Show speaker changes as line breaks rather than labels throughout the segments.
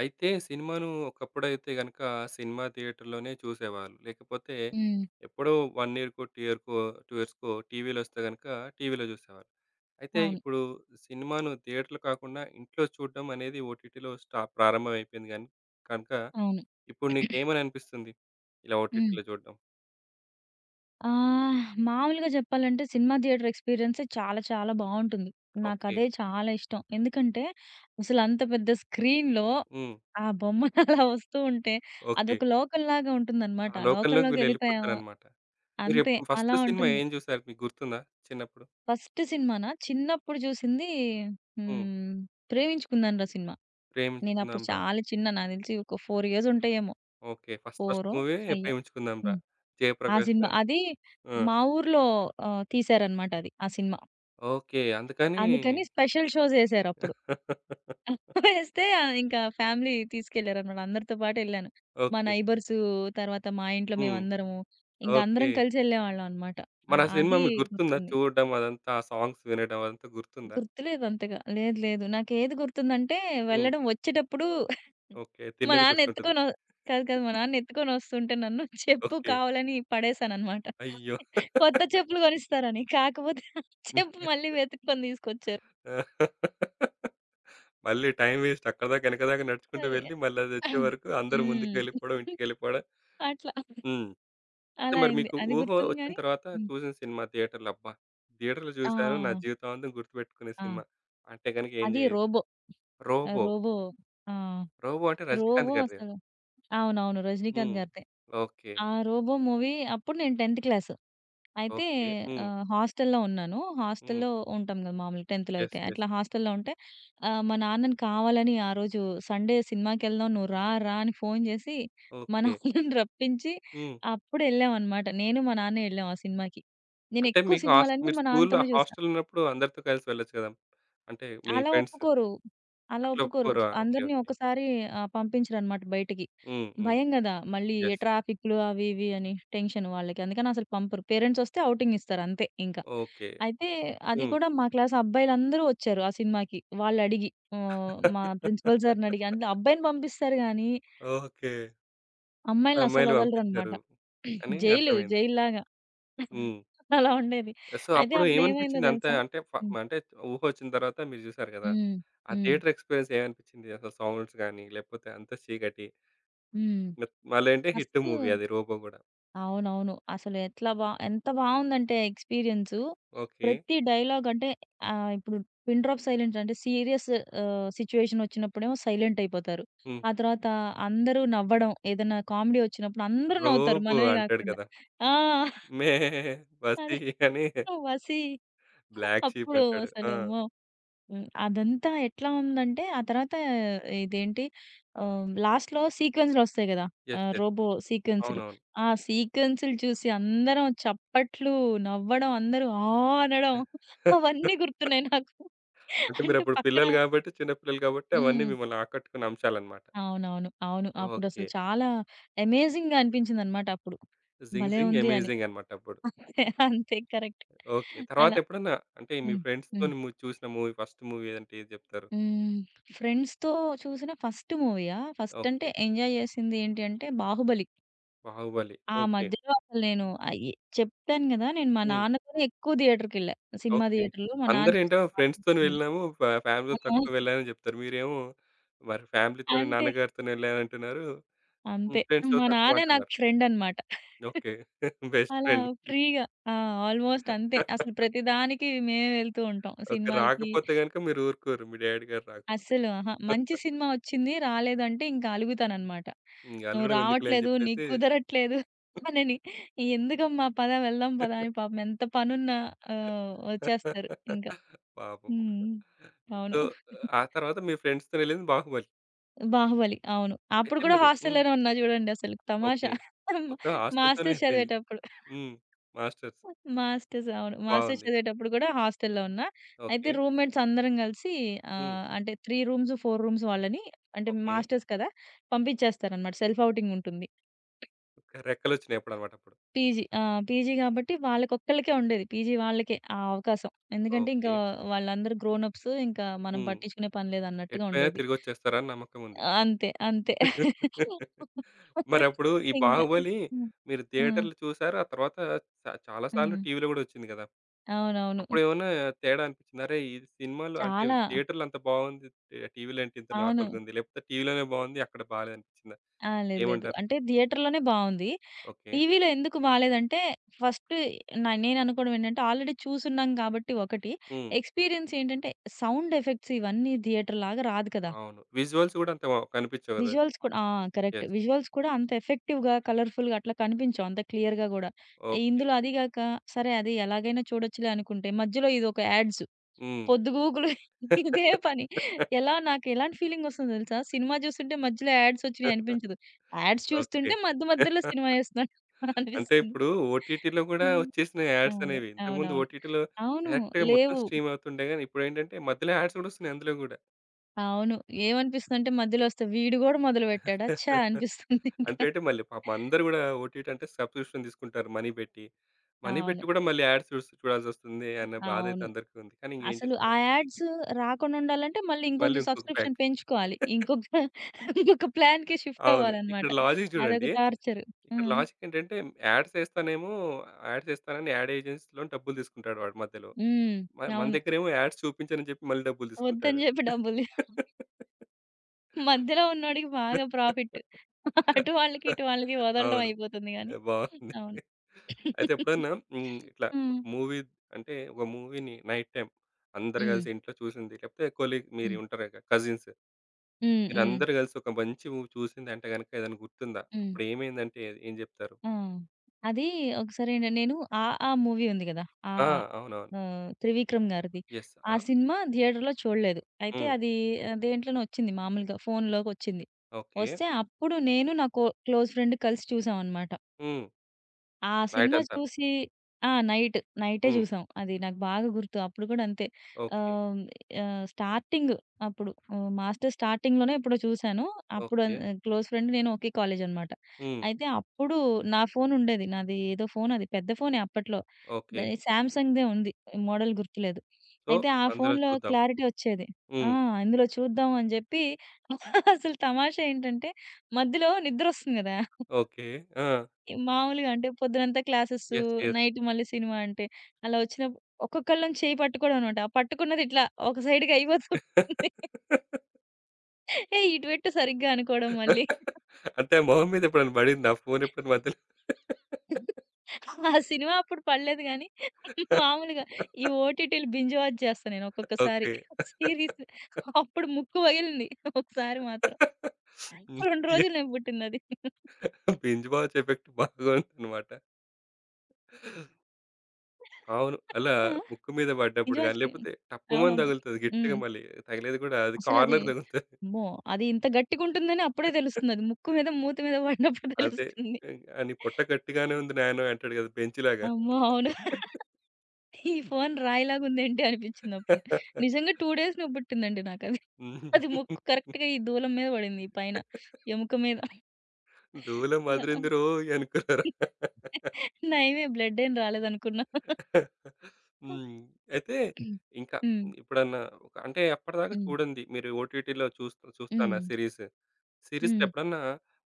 అయితే సినిమాను ఒకప్పుడైతే గనుక సినిమా థియేటర్‌లోనే చూసేవాళ్ళు. లేకపోతే
హ్మ్.
ఎప్పుడో 1 ఇయర్‌కో, 2 ఇయర్‌కో 2 ఇయర్స్‌కో టీవీలో వస్తే గనుక టీవీలో చూసేవాళ్ళు. అయితే
అవును.
ఇప్పుడు సినిమాను థియేటర్‌లో కాకుండా ఇంట్లో చూడడం అనేది ఓటీటీలో ప్రారంభం అయిపోయింది కనుక
అవును.
ఇప్పుడు నీకేమని అనిపిస్తుంది? ఇలా
హ్మ్.
ఓటీటీలో చూడడం.
ఆహ్, మామూలుగా జెప్పాలంటే సినిమా థియేటర్ ఎక్స్‌పీరియన్సే చాలా చాలా బావుంటుంది.
ఓకే.
నాకదే చాలా ఇష్టం. ఎందుకంటే, అసలంత పెద్ద స్క్రీన్‌లో
హ్మ్.
ఆ బొమ్మలు అలా వస్తూ ఉంటే,
ఓకే.
అదొక లోకంలాగా ఉంటుందనమాట.
ఆ లోకంలోకి
లోకంలోకెళ్ళిపోయామా
వీళ్ళెళ్ళిపోతారనమాట.
అంతే.
మీరెప్పుడు
అలా
ఫస్ట్ సినిమా
ఉంటుంది.
ఏం చూసారు, మీకు గుర్తుందా చిన్నప్పుడు?
ఫస్ట్ సినిమానా చిన్నప్పుడు చూసింది
హ్మ్.
హ్మ్. 'ప్రేమించుకుందాంరా' సినిమా. నేనప్పుడు
'ప్రేమించుకుందాం రా.'
చాలా చిన్న నాకు దెలిసి ఒక 4 years ఇయర్స్ ఉంటాయేమో.
ఓకే. ఫస్ట్ ఫస్ట్
4
మూవీ
ఫైయో.
'ప్రేమించుకుందాంరా',
హ్మ్. ఆ
'జయప్రకాష్'
సినిమా.
గారు.
అది
ఆ!
మా ఊర్లో తీశారనమాట అది. ఆ సినిమా.
ఓకే. అందుకని.
అందుకని స్పెషల్ షోస్ ఎసారప్పుడు. ఎస్తే ఇంకా ఫ్యామిలీ తీసుకెళ్లారనమాట. అందరితో పాటు ఎళ్ళాను. మా
ఓకే.
నైబర్సు, తర్వాత మా ఇంట్లో
హ్మ్.
మేమందరము. ఇంక అందరం
ఓకే.
కలిసి ఎళ్ళేవాళ్ళం అనమాట. ఆ!
మరి ఆ సినిమా
అది
మీకు గుర్తుందా?
గుర్తుంది.
చూడడం అదంతా, ఆ సాంగ్స్ వినడం అదంతా గుర్తుందా?
గుర్తులేదు అంతగా. లేదు. లేదు. నాకేది గుర్తుందంటే
హ్మ్.
వెళ్ళడం వచ్చేటప్పుడు
ఓకే.
మా
తిన్నది
నాన్న
గుర్తుంటది.
ఎత్తుకొని ఒ కాదు. కాదు. మా నాన్న ఎత్తుకొనొస్తుంటే నన్ను చెప్పు
ఓకే.
కావాలని పడేసాననమాట.
అయ్యో!
కొత్త చెప్పులు కొనిస్తారని. కాకపోతే ఆ చెప్పు మళ్ళీ వెతుక్కొని తీసుకొచ్చారు.
ఆ, మళ్ళీ టైమ్ వేస్ట్, అక్కడిదాకా, ఎనకదాకా నడుచుకుంటూ
అది.
వెళ్లి మళ్ళీ అది వచ్చే వరకు అందరూ ముందుకెళ్ళిపోవడం,
హ్మ్.
ఇంటికెళ్ళిపోవడం.
అట్లా.
హ్మ్. అయితే
అలా
మరి
అయింది.
మీకు
అది
ఊహ
గుర్తుంది
వచ్చిన
గానీ
తర్వాత
హ్మ్.
చూసిన సినిమా థియేటర్‌లో అబ్బా! థియేటర్‌లో
ఆ!
చూసాను, నా జీవితాంతం గుర్తుపెట్టుకునే
ఆ!
సినిమా అంటే గనుక ఏం
అది
జేయదు?
'రోబో.'
'రోబో'.
'రోబో' ఆ!
'రోబో' అంటే రజినీకాంత్
'రోబో'
గారిది.
అసలు అవునవును. రజినీకాంత్
హ్మ్.
గారిదే.
ఓకే.
ఆ 'రోబో' మూవీ అప్పుడు నేను 10th క్లాసు. అయితే
ఓకే. హ్మ్.
హాస్టల్‌లో ఉన్నాను.
హ్మ్.
హాస్టల్‌లో ఉంటాం గదా! మామూలుగా 10థ్‌లో అయితే.
యెస్. యెస్.
అట్లా హాస్టల్‌లో ఉంటే మా నాన్నని కావాలని ఆ రోజు సండే సినిమాకెళ్దాం నువ్వు రా, రా అని ఫోను చేసి మా
ఓకే.
నాన్నని రప్పించి
హ్మ్.
అప్పుడు ఎళ్ళామనమాట. నేను మా నాన్నే ఎళ్ళాం ఆ సినిమాకి.
అంటే
నేనెక్కువ
మీకు
సినిమాలన్నీ
మీరు
మా
స్కూల్‌లో
నాన్నతోనే చూసా.
హాస్టల్‌లో ఉన్నప్పుడు అందరితో కలిసి వెళ్ళొచ్చు కదా! అంటే మీ
అలా
ఫ్రెండ్స్.
ఒప్పుకోరు. అలా
అట్లా
ఒప్పుకోరు.
ఒప్పుకోరా? ఓకే.
అందరిని
ఓకే.
ఒకసారి పంపించరనమాట బయటికి.
హ్మ్. హ్మ్.
భయం గదా! మళ్ళీ
యెస్.
ట్రాఫిక్‌లు అవి ఇవి అని టెన్షన్ వాళ్ళకి. అందుకని అసలు పంపరు. పేరెంట్స్ వస్తే ఔటింగ్ ఇస్తారు అంతే ఇంకా.
ఓకే.
అయితే అది
హ్మ్.
కూడా మా క్లాస్ అబ్బాయిలందరూ వచ్చారు ఆ సినిమాకి. వాళ్ళడిగి మా ప్రిన్సిపల్ సార్‌ని అడిగి అంటే అబ్బాయిని పంపిస్తారు గానీ,
ఓకే.
అమ్మాయిల్ని అస్సలు
అమ్మాయిలు
వదలరనమాట.
పంపించారు అని
జైలు,
అర్థమైంది.
జైల్లాగా
హ్మ్.
అలా ఉండేది.
సో,
అయితే
అప్పుడు
అప్పుడేమైందో
ఏమనిపించింది? అంత
తెలుసా?
అంటే
హ్మ్.
అంటే ఊహొచ్చిన తర్వాత మీరు చూసారు కదా!
హ్మ్.
ఆ
హ్మ్.
థియేటర్ ఎక్స్‌పీరియన్స్ ఏమనిపించింది? అసలు సౌండ్స్ గాని, లేకపోతే అంత చీకటి.
హ్మ్.
మ మళ్ళేంటి హిట్
ఫస్టు
మూవీ అది 'రోబో' గూడా.
అవునవును. అసలు ఎట్లా బా ఎంత బావుందంటే ఎక్స్‌పీరియన్సు.
ఓకే.
ప్రతి డైలాగ్ అంటే ఇప్పుడు పిన్ డ్రాప్ సైలెంట్ అంటే సీరియస్ సిట్యుయేషన్ వచ్చినప్పుడేమో సైలెంట్ అయిపోతారు.
హ్మ్.
ఆ తర్వాత అందరూ నవ్వడం. ఏదైనా కామెడీ వచ్చినప్పుడు అందరూ నవ్వుతారు
రోబో
మనమే
అంటాడు
గాకుండా.
కదా!
ఆ!
మే బసీ
అదే
అని
'వసీ'
బ్లాక్ షీప్
అప్పుడు
అంటాడు.
అసలు
ఆ!
అమ్మో! హ్మ్. అదంతా ఎట్లా ఉందంటే, ఆ తర్వాత ఇదేంటి లాస్ట్‌లో సీక్వెన్స్‌లొస్తాయి గదా!
యెస్. యెస్.
రోబో సీక్వెన్స్‌లు.
అవునవును.
ఆ సీక్వెన్స్‌లు చూసి అందరం చప్పట్లు, నవ్వడం, అందరూ ఆ! అనడం అవన్నీ గుర్తున్నాయి నాకు.
అంటే
అంటే
మీరప్పుడు
పక్కన
పిల్లలు గాబట్టి, చిన్న పిల్లలు గాబట్టి అవన్నీ
హ్మ్.
మిమ్మల్ని ఆకట్టుకున్న అంశాలన్నమాట.
అవునవును. అవును. అప్పుడసలు
ఓకే.
చాలా అమేజింగ్‌గా అనిపించిందనమాట అప్పుడు.
'జింగ్
భలే
జింగ్'
ఉంది అని.
అమేజింగ్ అన్నమాట అప్పుడు.
అంతే కరెక్ట్.
ఓకే.
అలా.
తర్వాతెప్పుడన్నా, అంటే మీ
హ్మ్. హ్మ్.
ఫ్రెండ్స్‌తోని చూసిన మూవీ, ఫస్ట్ మూవీ అంటే ఏది జెప్తారు?
హ్మ్. ఫ్రెండ్స్‌తో చూసిన ఫస్ట్ మూవీయా? ఫస్ట్ అంటే
ఓకే.
ఎంజాయ్ చేసింది ఏంటి అంటే 'బాహుబలి.'
'బాహుబలి.'
ఆ
ఓకే.
మధ్యలో అసలు నేను ఆహ్, ఎ చెప్పాను గదా! నేను మా
హ్మ్.
నాన్నతోనే ఎక్కువ థియేటర్‌కెళ్ళా. Cinema
okay.
థియేటర్‌లో మా నాన్న చూసి
అందరేంటో
మా నాన్నతో
ఫ్రెండ్స్‌తోని
నేను.
వెళ్ళాము,
ఆ!
ఫ్యామిలీతో తక్కువ వెళ్ళానని జెప్తారు. మీరేమో మరి ఫ్యామిలీతోని,
అంతే.
నాన్నగారితోని వెళ్ళానంటున్నారు. హ్మ్.
అంతే.
ఫ్రెండ్స్‌తో
మా
తక్కువ
నాన్నే నాకు
అంటున్నారు.
ఫ్రెండ్ అన్నమాట.
ఓకే. బెస్ట్
అలా
ఫ్రెండ్.
ఫ్రీగా ఆ! ఆల్‌మోస్ట్ అంతే. అసలు ప్రతిదానికి మేమే వెళ్తూ ఉంటాం.
ఓకే.
సినిమాలకి
రాకపోతే గనుక మీరు ఊరుకోరు, మీ డ్యాడీ గారు రాకపోతే.
అస్సలు. అహా! మంచి సినిమా ఒచ్చింది. రాలేదంటే ఇంక అలుగుతాననమాట.
హ్మ్.
"నువ్వు
అలగడం ఎందుకులే అని
రావట్లేదు. నీకు
జెప్పేసి.
కుదరట్లేదు" అనని. "ఎందుకమ్మా! పద వెళ్దాం పద" అని పాపం ఎంత పనున్నా ఒచ్చేస్తారు ఇంకా.
పాపం.
హ్మ్. అవును.
సో, ఆ తర్వాత మీ ఫ్రెండ్స్‌తోనెళ్ళింది 'బాహుబలి.'
'బాహుబలి' అవును. అప్పుడు
అయితే
కూడా
మీరు హ్మ్.
హాస్టల్‌లోనే ఉన్నా చూడండి అసలు
ఓకే.
తమాషా.
మొత్తం ఆస్తులతోనే
మాస్టర్స్
అయిపోయింది.
చదివేటప్పుడు.
హ్మ్. మాస్టర్స్.
మాస్టర్స్ అవును. మాస్టర్స్
బాగుంది.
చదివేటప్పుడు గూడా హాస్టల్‌లో ఉన్నా. అయితే
ఓకే.
రూమ్‌మేట్స్ అందరం గలిసి
హ్మ్.
అంటే 3 రూమ్స్, 4 రూమ్స్ వాళ్ళని అంటే
ఓకే.
మాస్టర్స్ కదా! పంపించేస్తారనమాట. సెల్ఫ్ ఔటింగ్ ఉంటుంది.
ఓకే. రెక్కలొచ్చినాయి అప్పుడన్నమాట అప్పుడు. అనమాట.
పీజీ పీజీ గాబట్టి వాళ్ళకొక్కళ్ళకే ఉండేది. పీజీ వాళ్ళకే ఆ అవకాశం.
అప్పుడు
ఎందుకంటే ఇంకా
ఓకే.
వాళ్ళందరూ గ్రోన్ అప్స్ ఇంకా మనం
హ్మ్.
పట్టించుకునే పని లేదన్నట్టుగా
ఎటుపోయినా
ఉండేది.
తిరిగొచ్చేస్తారని నమ్మకముంది.
అంతే. అంతే.
మరప్పుడు ఈ
ఇంగ.
'బాహుబలి'
హ్మ్.
మీరు
ఆ!
థియేటర్‌లో చూసారు. ఆ తర్వాత చాలా సార్లు
హ్మ్.
టీవీలో గూడా వచ్చింది గదా!
అవునవును.
అప్పుడేమన్నా తేడా అనిపించిందా? అరే! ఈ సినిమాలో అంటే
చాలా.
థియేటర్‌లో అంత బాగుంది. టీవీలో ఏంటి ఇంత
అవును.
నార్మల్‌గుంది. లేకపోతే టీవీలోనే బాగుంది, అక్కడ బాలేదనిపించిందా?
ఆ! లేదు. లేదు.
ఏమంటారు?
అంటే థియేటర్‌లోనే బావుంది.
ఓకే.
టీవీలో ఎందుకు బాలేదంటే ఫస్ట్ న నేననుకోవడం ఏంటంటే ఆల్రెడీ చూసున్నాం కాబట్టి ఒకటి.
హ్మ్.
ఎక్స్‌పీరియన్స్ ఏంటంటే సౌండ్ ఎఫెక్ట్స్ ఇవన్నీ థియేటర్‌లాగా రాదు కదా!
అవును. విజువల్స్ గూడా అంత కనిపించవు గదా!
విజువల్స్ కూడా ఆ! కరెక్ట్.
యెస్.
విజువల్స్ కూడా అంత ఎఫెక్టివ్‌గా, కలర్‌ఫుల్‌గా అట్లా కనిపించవు అంత క్లియర్‌గా గూడా.
ఓకే.
ఇందులో అది గాక సరే అది ఎలాగైనా చూడొచ్చులే అనుకుంటే మధ్యలో ఇదొక యాడ్స్
హ్మ్.
పొద్దుగూకులు ఇదే పని. ఎలా నాకు ఎలాంటి ఫీలింగొస్తుందో తెలుసా? సినిమా చూస్తుంటే మధ్యలో యాడ్స్ వచ్చినయి అనిపించదు. Ads
okay.
చూస్తుంటే మధ్య మధ్యలో సినిమా ఏస్తున్నట్టు
అంటే
అనిపిస్తుంది.
ఇప్పుడు ఓటీటీలో గూడా
హ్మ్.
వచ్చేసినాయి యాడ్స్
అవును.
అనేవి. ఇంతకుముందు
అవునవును.
ఓటీటీలో
అవును.
డైరెక్ట్‌గా మొత్తం
లేవు.
స్ట్రీమ్ అవుతుండే గానీ, ఇప్పుడేంటంటే మధ్యలో యాడ్స్ గూడా వస్తున్నాయి అందులో గూడా.
అవును. ఏమనిపిస్తుందంటే మధ్యలో వస్తే వీడు గూడా మొదలుపెట్టాడా ఛా! అనిపిస్తుంది ఇంకా.
అంటే అంటే మళ్ళీ పాపం అందరూ గూడా ఓటీటీ అంటే సబ్‌స్క్రిప్షన్ తీసుకుంటారు మనీ పెట్టి. మనీ పెట్టి
అవును.
గూడా మళ్ళీ యాడ్స్ చూసి చూడాల్సొస్తుంది అన్న బాధైతే
అవును.
అందరికీ ఉంది. కానీ ఇంకేం
అసలు ఆ
చేస్తారు?
యాడ్స్ రాకుండా ఉండాలంటే మళ్ళీ
మళ్ళీ
ఇంకొంచెం
ఇంకొక ప్యాక్.
సబ్స్క్రిప్షన్ పెంచుకోవాలి. ఇంకొక ఇంకొక ప్లాన్‌కి షిఫ్ట్
అవును. ఇక్కడ
అవ్వాలన్నమాట.
లాజిక్
అదొక
చూడండి.
టార్చర్.
ఇక్కడ
హ్మ్.
లాజిక్ ఏంటంటే యాడ్స్ ఏస్తానేమో, యాడ్స్ ఏస్తానని యాడ్ ఏజెన్సీ‌లోని డబ్బులు తీసుకుంటాడు వాడు మధ్యలో.
హ్మ్.
మన
అవును.
దగ్గరేమో యాడ్స్ చూపించనని చెప్పి మళ్ళీ డబ్బులు తీసుకుంటాడు.
వద్దని జెప్పి డబ్బులు మధ్యలో ఉన్నోడికి బాగా ప్రాఫిట్. అటు వాళ్ళకి, ఇటు వాళ్ళకి వదలడం
అవును.
అయిపోతుంది గానీ.
ఆహ్, బావుంది.
అవును.
అయితే ఎప్పుడన్నా హ్మ్. ఇట్లా
హ్మ్.
మూవీ, అంటే ఒక మూవీని నైట్ టైమ్ అందరూ
హ్మ్.
కలిసి ఇంట్లో చూసింది, లేకపోతే కొలీగ్ మీరు
హ్మ్.
ఉంటారు కదా! కజిన్స్.
హ్మ్. హ్మ్.
మీరందరూ కలిసి ఒక మంచి మూవీ చూసిందంటే గనుక ఏదైనా గుర్తుందా?
హ్మ్.
అప్పుడు ఏమైందంటే ఏం చెప్తారు?
ఆ! అది ఒకసారి నేను 'ఆ ఆ' మూవీ ఉంది గదా! 'ఆ
ఆ!
ఆ'
అవునవును.
త్రివిక్రమ్ గారిది.
యెస్.
ఆ
ఆ!
సినిమా థియేటర్‌లో చూడలేదు. అయితే
హ్మ్.
అది దేంట్లోనో వచ్చింది మామూలుగా ఫోనులోకొచ్చింది.
ఓకే.
వస్తే అప్పుడు నేను నా కొ క్లోజ్ ఫ్రెండ్ కలిసి చూసామనమాట.
హ్మ్.
ఆ
నైట్
సినిమా
అంతా.
చూసి ఆ! నైట్, నైటే
హ్మ్.
జూసాం. అది నాకు బాగా గుర్తు. అప్పుడు కూడా అంతే.
ఓకే.
ఆహ్, ఆహ్, స్టార్టింగ్ అప్పుడు మాస్టర్స్ స్టార్టింగ్‌లోనే ఎప్పుడో చూసాను. అప్పుడు
ఓకే.
క్లోజ్ ఫ్రెండ్ నేను ఒకే కాలేజనమాట.
హ్మ్.
అయితే అప్పుడు నా ఫోనుండేది. నాది ఏదో ఫోన్ అది. పెద్ద ఫోనే అప్పట్లో.
ఓకే.
అది శాంసంగ్‌దే ఉంది. మోడల్ గుర్తులేదు.
సో,
అయితే ఆ
అందులో
ఫోన్‌లో
చూద్దాం.
క్లారిటీ ఒచ్చేది. ఆ!
హ్మ్.
ఇందులో చూద్దాం అని జెప్పి అసలు తమాషా ఏంటంటే మధ్యలో నిద్రొస్తుంది గదా!
ఓకే. ఆ!
మామూలుగా అంటే పొద్దునంతా క్లాసెసు,
యెస్. యెస్.
నైట్ మళ్ళీ సినిమా అంటే, అలా వచ్చినప్పుడు ఒక్కొక్కళ్ళం చేయి పట్టుకోవడం అన్నమాట. ఆ పట్టుకున్నది ఇట్లా ఒక సైడ్‌కి అయిపోతుంది. "ఏయ్! ఇటు పెట్టు సరిగ్గా" అనుకోవడం మళ్ళీ.
అంటే మొహం మీద ఎప్పుడైనా పడిందా ఫోన్ ఎప్పుడైనా మధ్యలో?
ఆ సినిమా అప్పుడు పడలేదు గానీ, మామూలుగా ఈ ఓటీటీలు బింజ్ వాచ్ చేస్తా నేను ఒక్కొక్కసారి.
ఓకే.
సీరీస్ అప్పుడు ముక్కు పగిలింది ఒకసారి మాత్రం.
హ్మ్.
2 రోజులు నేను పుట్టిందది.
బింజ్ వాచ్ ఎఫెక్ట్ బాగుందన్నమాట. అవును. అలా
ఆ!
ముక్కు మీద
బింజ్
పడ్డప్పుడు
వాచ్
గాని, లేకపోతే టప్పుమని
అవునవును.
తగులుతది
హ్మ్.
గట్టిగా మళ్ళీ. తగిలేది కూడా అది
అసలది
కార్నర్ తగులుతది.
అమ్మో! అది ఇంత గట్టిగుంటుందని అప్పుడే తెలుస్తుంది. అది ముక్కు మీద, మూతి మీద పడినప్పుడు
అదే.
తెలుస్తుంది.
"నీ పొట్ట గట్టిగానే ఉంది నాయన" అంటాడు కదా బెంచ్‌లాగా.
అమ్మో! అవును. ఈ ఫోను రాయిలాగుందేంటి అనిపించింది అప్పుడు. నిజంగా 2 డేస్ నొప్పి పుట్టిందండి నాకది. అది ముక్కు
హ్మ్.
కరెక్ట్‌గా ఈ దూలం మీద పడింది. ఈ పైన ఎముక మీద.
దూలం
అలా
అదిరిందిరోయ్ అనుకున్నారా?
నయమే బ్లడ్ ఏం రాలేదనుకున్నా.
హ్మ్. అయితే
హ్మ్.
ఇంకా ఎప్పుడన్నా ఒక, అంటే అప్పటిదాకా
హ్మ్.
చూడంది మీరు ఓటీటీలో చూస్తాను
హ్మ్.
ఆ సీరీస్. సీరీస్‌లో
హ్మ్.
ఎప్పుడన్నా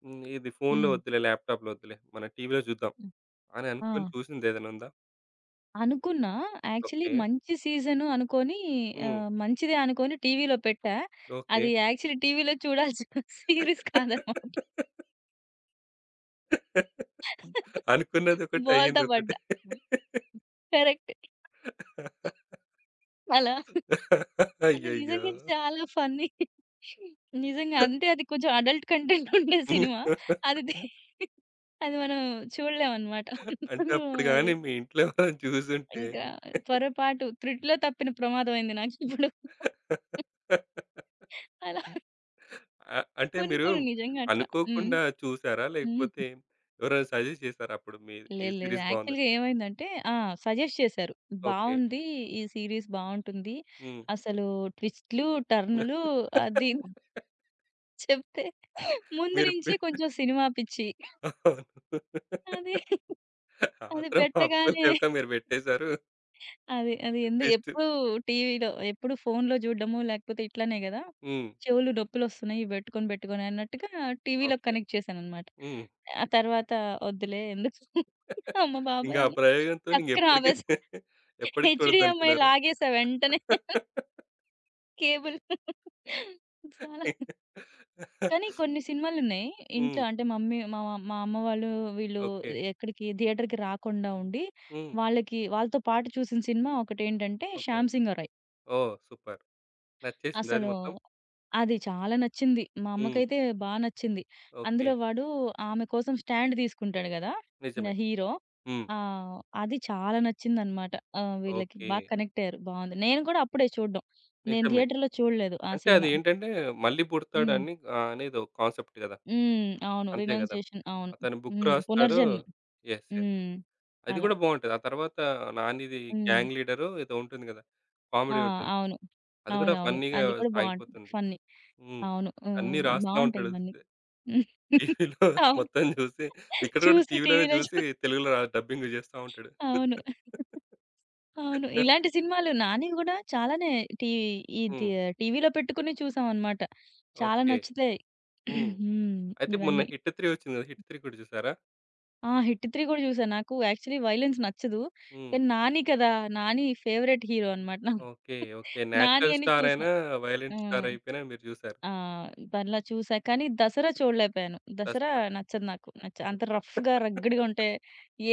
హ్మ్. ఇది ఫోన్‌లో
హ్మ్.
వద్దులే, ల్యాప్‌టాప్‌లో వద్దులే, మన టీవీలో చూద్దాం
హ్మ్.
అని
ఆ!
అనుకోని చూసిందేదైనా ఉందా?
అనుకున్నా. Actually
okay.
మంచి సీజను అనుకోని
హ్మ్.
మంచిదే అనుకోని టీవీలో పెట్టా.
ఓకే.
అది యాక్చువల్లీ టీవీలో చూడాల్సిన సీరీస్ కాదనమాట.
అనుకున్నదొకటి,
బోల్తా
అయ్యిందొకటి.
పడ్డా. కరెక్ట్. అలా అది
అయ్యయ్యో!
నిజంగా చాలా ఫన్నీ. నిజంగా అంటే అది కొంచెం అడల్ట్ కంటెంట్ ఉండే సినిమా. అది ది అది మనం చూడలేమనమాట.
అంటే
అందుకను
అప్పుడు
అది
గాని మీ ఇంట్లో ఎవరైనా చూసుంటే
ఇంకా పొరపాటు త్రిట్‌లో తప్పిన ప్రమాదం అయింది నాకిప్పుడు. అలా
అంటే
కొన్ని
మీరు
కొన్ని నిజంగా అట్లా. హ్మ్.
అనుకోకుండా చూసారా?
హ్మ్.
లేకపోతే ఎవరైనా సజెస్ట్ చేసారా అప్పుడు మీ, ఈ
లేదు. లేదు.
సీరీస్ బాగుందని?
యాక్చువల్‌గా ఏమైందంటే ఆ! సజెస్ట్ చేశారు.
ఓకే.
బావుంది. ఈ సీరీస్ బావుంటుంది.
హ్మ్.
అసలు ట్విస్ట్‌లు, టర్నులు అది చెప్తే ముందు
మీరు పె
నుంచే కొంచెం సినిమా పిచ్చి.
అవును,
అది అది
ఆత్రం
పెట్టగానే
ఆపుకోలేక మీరు పెట్టేసారు.
అది అది ఎందు
ట్విస్ట్.
ఎప్పుడు టీవీలో ఎప్పుడు ఫోన్‌లో చూడడము లేకపోతే ఇట్లనే కదా!
హ్మ్.
చెవులు నొప్పులొస్తున్నాయి. ఇవి పెట్టుకొని పెట్టుకొని అన్నట్టుగా టీవీలోకి
ఓకే.
కనెక్ట్ చేశాననమాట.
హ్మ్.
ఆ తర్వాత వద్దులే ఎందుకు అమ్మ
ఇంక
బాబోయ్!
ఆ
అని
ప్రయోగంతోని
టక్కున ఆపేసా.
ఎప్పటికి
హెచ్‌డీఎంఐ
చూడొద్దనుకున్నారా?
లాగేసా వెంటనే. కేబుల్. చాలా కానీ కొన్ని సినిమాలున్నాయి. ఇంట్లో
హ్మ్.
అంటే మమ్మీ మా మా అమ్మ వాళ్ళు వీళ్ళు
ఓకే.
ఎక్కడికి థియేటర్‌కి రాకుండా ఉండి,
హ్మ్.
వాళ్ళకి వాళ్ళతో పాటు చూసిన సినిమా ఒకటేంటంటే
okay.
'Shyam Singha Roy'.
Oh! Super. నచ్చేసిందా అది
అసలు
మొత్తం?
అది చాలా నచ్చింది. మా
హ్మ్.
అమ్మకైతే బా నచ్చింది.
ఓకే.
అందులో వాడు ఆమె కోసం స్టాండ్ తీసుకుంటాడు గదా! నా
నిజమే.
హీరో.
హ్మ్.
ఆ! అది చాలా నచ్చిందనమాట. వీళ్ళకి
ఓకే.
బాగా కనెక్ట్ అయ్యారు. బావుంది. నేను గూడా అప్పుడే చూడడం. నేను
నిజమే.
థియేటర్‌లో చూడలేదు ఆ
అంటే
సినిమా.
అదేంటంటే, మళ్ళీ
హ్మ్.
పుడతాడని ఆహ్, అనేదో కాన్సెప్ట్ గదా!
హ్మ్. అవును.
అంతే గదా!
రినౌన్సియేషన్ అవును.
అతను బుక్
హ్మ్.
రాస్తాడు.
పునర్జన్మ.
యెస్. యెస్.
హ్మ్.
అది
అలా.
గూడా బావుంటది. ఆ తర్వాత నానిది,
హ్మ్.
గ్యాంగ్ లీడరో ఏదో ఉంటుంది గదా!
ఆ!
కామెడీ ఉంటుంది.
అవును.
అది గూడా
అవునవును.
ఫన్నీగా
అది కూడా బావుంటది.
సాగిపోతుంది.
ఫన్నీ.
హ్మ్.
అవును.
అన్నీ
హ్మ్.
రాస్తా
బావుంటాయి
ఉంటాడు
ఇవన్నీ.
టీవీలో.
అవును.
మొత్తం జూసి ఇక్కడ గూడా
చూసి
టీవీలోనే
టీవీలో చూ
జూసి తెలుగులో డబ్బింగ్ జేస్తా ఉంటాడు.
అవును. అవును. ఇలాంటి సినిమాలు 'నాని' గూడా చాలానే టీ ఇది
హ్మ్.
టీవీలో పెట్టుకుని చూసామనమాట. చాలా
ఓకే.
నచ్చుతాయి.
హ్మ్.
హ్మ్.
అయితే మొన్న
ఇవన్నీ.
'హిట్ 3' వచ్చింది కదా! 'హిట్ 3' కూడా చూసారా?
ఆ! 'హిట్ 3' గూడా చూసా. నాకు యాక్చువల్లీ వయలెన్స్ నచ్చదు.
హ్మ్.
కానీ 'నాని' కదా! 'నాని' ఫేవరెట్ హీరో అనమాట నాకు.
ఓకే. ఓకే.
నాని
నేచురల్
అని
స్టార్
చూసా.
అయినా, వయలెంట్
హ్మ్.
స్టార్ అయిపోయినా మీరు చూసారు
ఆ! బల్లా చూసా. కానీ 'దసరా' చూడలేకపోయాను. 'దసరా'
'దసరా'.
నచ్చదు నాకు. నచ్చ అంత రఫ్‌గా, రగ్గిడిగా ఉంటే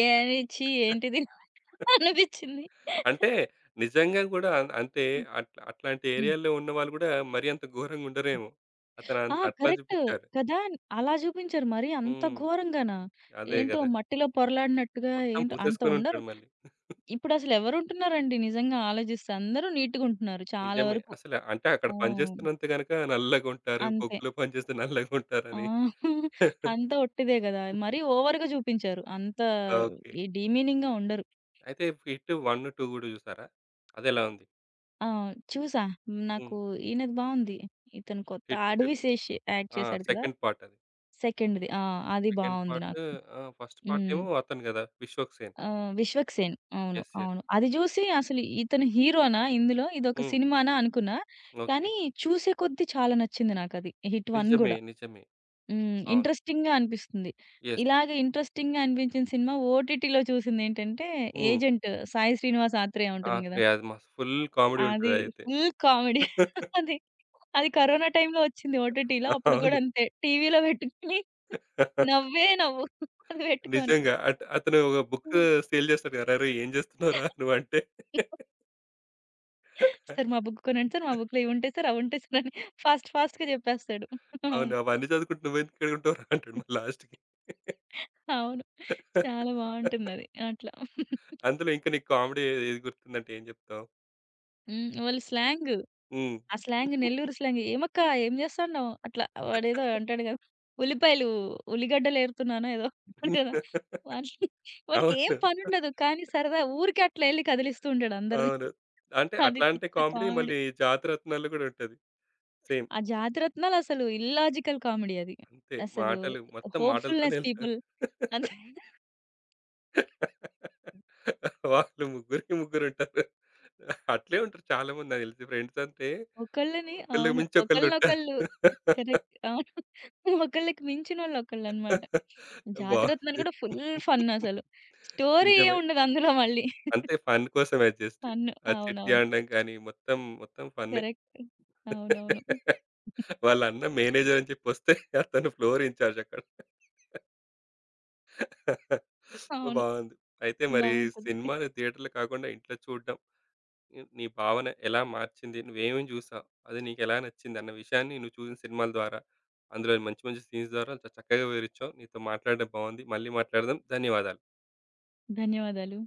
ఏ ఛీ! ఏంటిది అనిపించింది.
అంటే నిజంగా గూడా అంటే అట్లా, అట్లాంటి
హ్మ్.
ఏరియాలో ఉన్నవాళ్ళు గూడా మరీ అంత ఘోరంగా ఉండరేమో! అతను
ఆ!
అంత అట్లా
కరెక్ట్.
చూపిచ్చారు.
కదా! అలా చూపించారు. మరి అంత
హ్మ్.
ఘోరంగానా?
అదే
ఏంటో
గదా!
మట్టిలో పొరలాడినట్టుగా
మొత్తం
ఏంటో అంత
పూసేసుకొని
ఉండరు.
ఉంటాడు మళ్ళీ.
ఇప్పుడసలు ఎవరుంటున్నారండి నిజంగా ఆలోచిస్తే? అందరూ నీట్‌గుంటున్నారు చాలా
నిజమే.
వరకు.
అసలు అంటే అక్కడ
హ్మ్.
పనిచేస్తున్నంత గనక నల్లగుంటారు,
అంతే.
బొగ్గులో పనిచేస్తే
ఆ!
నల్లగుంటారని.
అంతా ఒట్టిదే గదా! మరీ ఓవర్‌గా చూపించారు. అంత
ఓకే.
ఈ డీమీనింగ్‌గా ఉండరు.
అయితే 'హిట్ 1, 2' గూడా చూసారా? అదెలా ఉంది?
ఆ! చూసా. నాకు
హ్మ్.
ఈయనది బావుంది. ఇతను కొత్త
hit two two.
'Adivi Sesh' act
ఆ!
చేశాడు కదా!
సెకండ్ పార్ట్ అది.
సెకండ్‌ది. ఆ! అది
సెకండ్
బావుంది
పార్ట్
నాకు.
ఆహ్, ఫస్ట్ పార్ట్
హ్మ్.
ఏమో అతను గదా! విశ్వక్ సేన్.
'విశ్వక్ సేన్' అవును.
యెస్. యెస్.
అవును. అది జూసి అసలు ఇతను హీరోనా ఇందులో? ఇదొక
హ్మ్.
సినిమానా అనుకున్నా.
ఓకే.
కానీ చూసే కొద్దీ చాలా నచ్చింది నాకది. 'హిట్ 1'
నిజమే.
గూడా.
నిజమే.
హ్మ్.
అవును.
ఇంట్రెస్టింగ్‌గా అనిపిస్తుంది.
యెస్.
ఇలాగ ఇంట్రెస్టింగ్‌గా అనిపించిన సినిమా ఓటీటీలో చూసిందేంటంటే
హ్మ్.
'ఏజెంట్' సాయి శ్రీనివాస్ ఆత్రేయ
ఆ!
ఉంటుంది గదా!
3 అది మస్త్ ఫుల్ కామెడీ
అది
ఉంటదదైతే.
Full comedy. అది. అది కరోనా టైమ్‌లో వచ్చింది ఓటీటీలో. అప్పుడు కూడా
అవును.
అంతే టీవీలో పెట్టుకొని నవ్వే నవ్వు. అది పెట్టుకొని.
నిజంగా. అతను ఒక బుక్
అవును.
సేల్ చేస్తాడు గదా! "అరేరేయ్! ఏం చేస్తున్నావురా నువ్వంటే?"
"సార్ మా బుక్ కొనండి సార్, మా బుక్‌లో ఇవుంటాయి సార్, అవుంటాయి సార్" అని ఫాస్ట్ ఫాస్ట్‌గా చెప్పేస్తాడు.
అవును.
అవును.
"అవన్నీ చదువుకుంటూ నువ్వెందుకు ఈడుంటావురా" అంటాడు మళ్ళీ లాస్ట్‌కి.
అవును. చాలా బావుంటుందది. అట్లా.
అందులో ఇంకా నీకు కామెడీ ఏది గుర్తుందంటే ఏం జెప్తావు?
హ్మ్. వాళ్ళ స్లాంగ్
హ్మ్.
ఆ స్లాంగ్ నెల్లూరు స్లాంగ్. "ఏమక్కా ఏం జేస్తాండావు?" అట్లా వాడేదో అంటాడు గదా! ఉల్లిపాయలు ఉల్లిగడ్డలేరుతున్నానో ఏదో అంటాడు గదా! వాడికి వాడికేం
అవును.
పనుండదు. కానీ సరదా ఊరికే అట్లా ఎళ్లి కదిలిస్తూ ఉంటాడు అందరిని.
అవును. అంటే
అది
అట్లాంటి
పిచ్చ
కామెడీ
కామెడీ.
మళ్ళీ 'జాతిరత్నాల్లో' గూడా ఉంటది. సేమ్
ఆ జాతిరత్నాలసలు ఇల్లాజికల్ కామెడీ అది.
అంతే.
అసలు
మాటలు మొత్తం మాటలతోనే
హోప్‌ఫుల్‌నెస్
ఎళ్తారు.
పీపుల్ అంతే.
వాళ్ళు ముగ్గురికి ముగ్గురుంటారు. అట్లే ఉంటారు చాలామంది, నాకు తెలిసి ఫ్రెండ్స్ అంటే
ఒకళ్ళని
ఒకళ్ళకి
అవును.
మించి ఒకళ్ళుంటారు.
ఒకళ్ళనొకళ్ళు కరెక్ట్. అవును. ఒకళ్ళకి మించినోళ్ళు ఒకళ్ళనమాట. జాతిరత్నాలు
బావుంది.
గూడా ఫుల్ ఫన్ అసలు. స్టోరీ ఏం
నిజమే.
ఉండదు అందులో మళ్ళీ.
అంతే, ఫన్ కోసమే జస్ట్.
ఫన్ను.
ఆ చిట్టి
అవునవును.
ఆడడం కానీ మొత్తం, మొత్తం ఫన్నే.
కరెక్ట్. అవునవును.
వాళ్ళ అన్న మేనేజర్ అని చెప్పొస్తే అతను ఫ్లోర్ ఇన్‌చార్జ్ అక్కడ.
అవును.
బావుంది. అయితే మరి
బావుంటుంది.
సినిమాని థియేటర్‌లో కాకుండా ఇంట్లో చూడడం నీ నీ భావన ఎలా మార్చింది? నువ్వేమేమి చూసావు? అది నీకెలా నచ్చింది? అన్న విషయాన్ని నువ్వు చూసిన సినిమాల ద్వారా, అందులోని మంచి మంచి సీన్స్ ద్వారా చక్కగా వివరించావు. నీతో మాట్లాడడం బావుంది. మళ్ళీ మాట్లాడదాం. ధన్యవాదాలు.
ధన్యవాదాలు.